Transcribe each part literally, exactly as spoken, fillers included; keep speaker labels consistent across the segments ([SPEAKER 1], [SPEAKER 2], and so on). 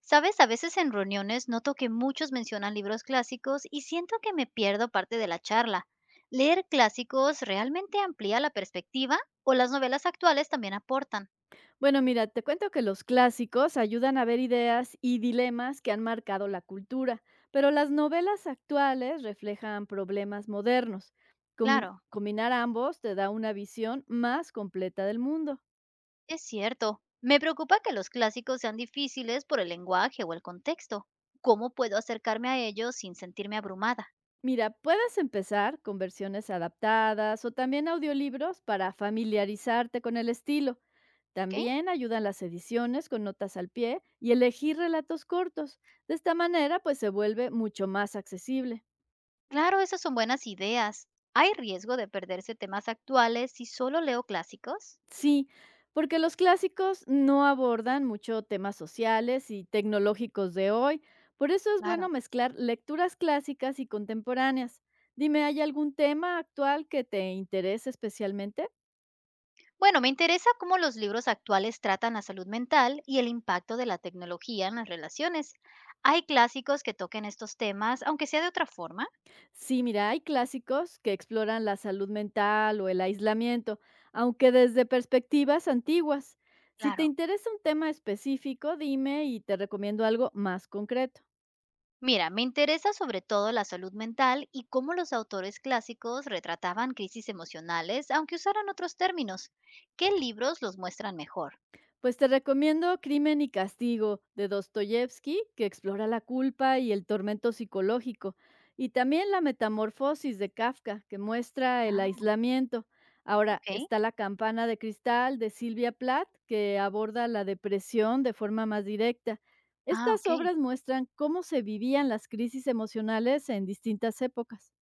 [SPEAKER 1] Sabes, a veces en reuniones noto que muchos mencionan libros clásicos y siento que me pierdo parte de la charla. ¿Leer clásicos realmente amplía la perspectiva o las novelas actuales también aportan?
[SPEAKER 2] Bueno, mira, te cuento que los clásicos ayudan a ver ideas y dilemas que han marcado la cultura, pero las novelas actuales reflejan problemas modernos. Comi-
[SPEAKER 1] Claro,
[SPEAKER 2] combinar ambos te da una visión más completa del mundo.
[SPEAKER 1] es cierto. Me preocupa que los clásicos sean difíciles por el lenguaje o el contexto. ¿Cómo puedo acercarme a ellos sin sentirme abrumada?
[SPEAKER 2] Mira, puedes empezar con versiones adaptadas o también audiolibros para familiarizarte con el estilo.
[SPEAKER 1] ¿Ok?
[SPEAKER 2] También ayudan las ediciones con notas al pie y elegir relatos cortos. De esta manera, pues se vuelve mucho más accesible.
[SPEAKER 1] Claro, esas son buenas ideas. ¿Hay riesgo de perderse temas actuales si solo leo clásicos?
[SPEAKER 2] Sí, porque los clásicos no abordan mucho temas sociales y tecnológicos de hoy, por eso es
[SPEAKER 1] Claro.
[SPEAKER 2] bueno mezclar lecturas clásicas y contemporáneas. Dime, ¿hay algún tema actual que te interese especialmente?
[SPEAKER 1] Bueno, me interesa cómo los libros actuales tratan la salud mental y el impacto de la tecnología en las relaciones. Hay clásicos que toquen estos temas, aunque sea de otra forma.
[SPEAKER 2] Sí, mira, hay clásicos que exploran la salud mental o el aislamiento, aunque desde perspectivas antiguas. Si te
[SPEAKER 1] Claro.
[SPEAKER 2] interesa un tema específico, dime y te recomiendo algo más concreto.
[SPEAKER 1] Mira, me interesa sobre todo la salud mental y cómo los autores clásicos retrataban crisis emocionales, aunque usaran otros términos. ¿Qué libros los muestran mejor?
[SPEAKER 2] Pues te recomiendo Crimen y Castigo de Dostoyevsky, que explora la culpa y el tormento psicológico, y también La Metamorfosis de Kafka, que muestra el
[SPEAKER 1] Ah,
[SPEAKER 2] aislamiento. Ahora
[SPEAKER 1] ok.
[SPEAKER 2] está La Campana de Cristal de Silvia Plath, que aborda la depresión de forma más directa.
[SPEAKER 1] Ah,
[SPEAKER 2] Estas
[SPEAKER 1] ok.
[SPEAKER 2] obras muestran cómo se vivían las crisis emocionales en distintas épocas.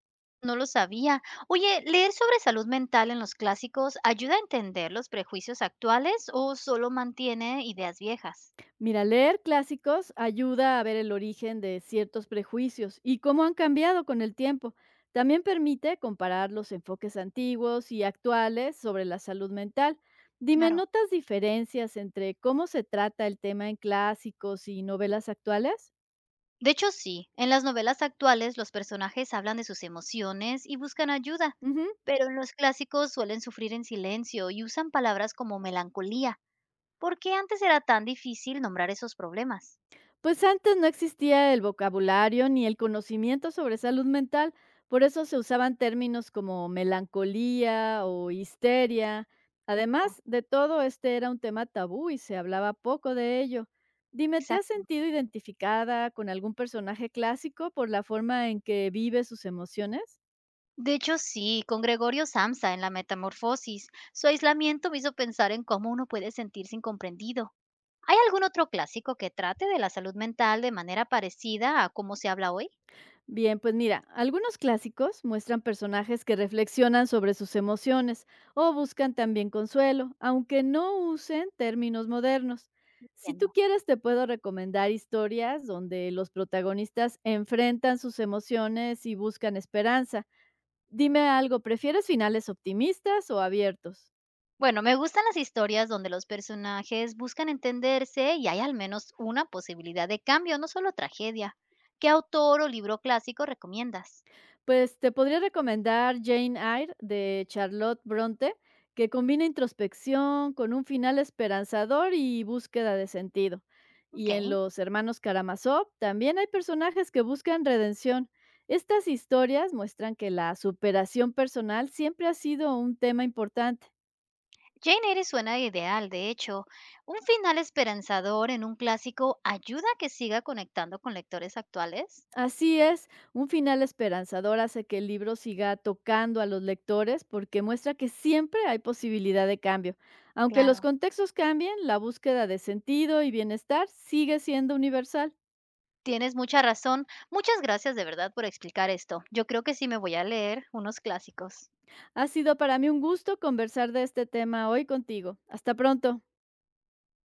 [SPEAKER 1] No lo sabía. Oye, ¿leer sobre salud mental en los clásicos ayuda a entender los prejuicios actuales o solo mantiene ideas viejas?
[SPEAKER 2] Mira, leer clásicos ayuda a ver el origen de ciertos prejuicios y cómo han cambiado con el tiempo. También permite comparar los enfoques antiguos y actuales sobre la salud mental. Dime,
[SPEAKER 1] Claro.
[SPEAKER 2] ¿notas diferencias entre cómo se trata el tema en clásicos y novelas actuales?
[SPEAKER 1] De hecho, sí, en las novelas actuales los personajes hablan de sus emociones y buscan ayuda,
[SPEAKER 2] Ujú.
[SPEAKER 1] pero en los clásicos suelen sufrir en silencio y usan palabras como melancolía. ¿Por qué antes era tan difícil nombrar esos problemas?
[SPEAKER 2] Pues antes no existía el vocabulario ni el conocimiento sobre salud mental, por eso se usaban términos como melancolía o histeria.
[SPEAKER 1] Oh.
[SPEAKER 2] Además de todo, este era un tema tabú y se hablaba poco de ello. Dime, ¿te has
[SPEAKER 1] Exacto.
[SPEAKER 2] sentido identificada con algún personaje clásico por la forma en que vive sus emociones?
[SPEAKER 1] De hecho, sí, con Gregorio Samsa en La Metamorfosis, su aislamiento me hizo pensar en cómo uno puede sentirse incomprendido. ¿Hay algún otro clásico que trate de la salud mental de manera parecida a cómo se habla hoy?
[SPEAKER 2] Bien, pues mira, algunos clásicos muestran personajes que reflexionan sobre sus emociones o buscan también consuelo, aunque no usen términos modernos. Si tú
[SPEAKER 1] Entiendo.
[SPEAKER 2] quieres, te puedo recomendar historias donde los protagonistas enfrentan sus emociones y buscan esperanza. Dime algo, ¿prefieres finales optimistas o abiertos?
[SPEAKER 1] Bueno, me gustan las historias donde los personajes buscan entenderse y hay al menos una posibilidad de cambio, no solo tragedia. ¿Qué autor o libro clásico recomiendas?
[SPEAKER 2] Pues te podría recomendar Jane Eyre de Charlotte Bronte, que combina introspección con un final esperanzador y búsqueda de sentido. Y en
[SPEAKER 1] Ok.
[SPEAKER 2] Los Hermanos Karamazov también hay personajes que buscan redención. Estas historias muestran que la superación personal siempre ha sido un tema importante.
[SPEAKER 1] Jane Eyre suena ideal, de hecho. ¿Un final esperanzador en un clásico ayuda a que siga conectando con lectores actuales?
[SPEAKER 2] Así es, un final esperanzador hace que el libro siga tocando a los lectores porque muestra que siempre hay posibilidad de cambio. Aunque los
[SPEAKER 1] Claro.
[SPEAKER 2] contextos cambien, la búsqueda de sentido y bienestar sigue siendo universal.
[SPEAKER 1] Tienes mucha razón. Muchas gracias de verdad por explicar esto. Yo creo que sí me voy a leer unos clásicos.
[SPEAKER 2] Ha sido para mí un gusto conversar de este tema hoy contigo. Hasta pronto.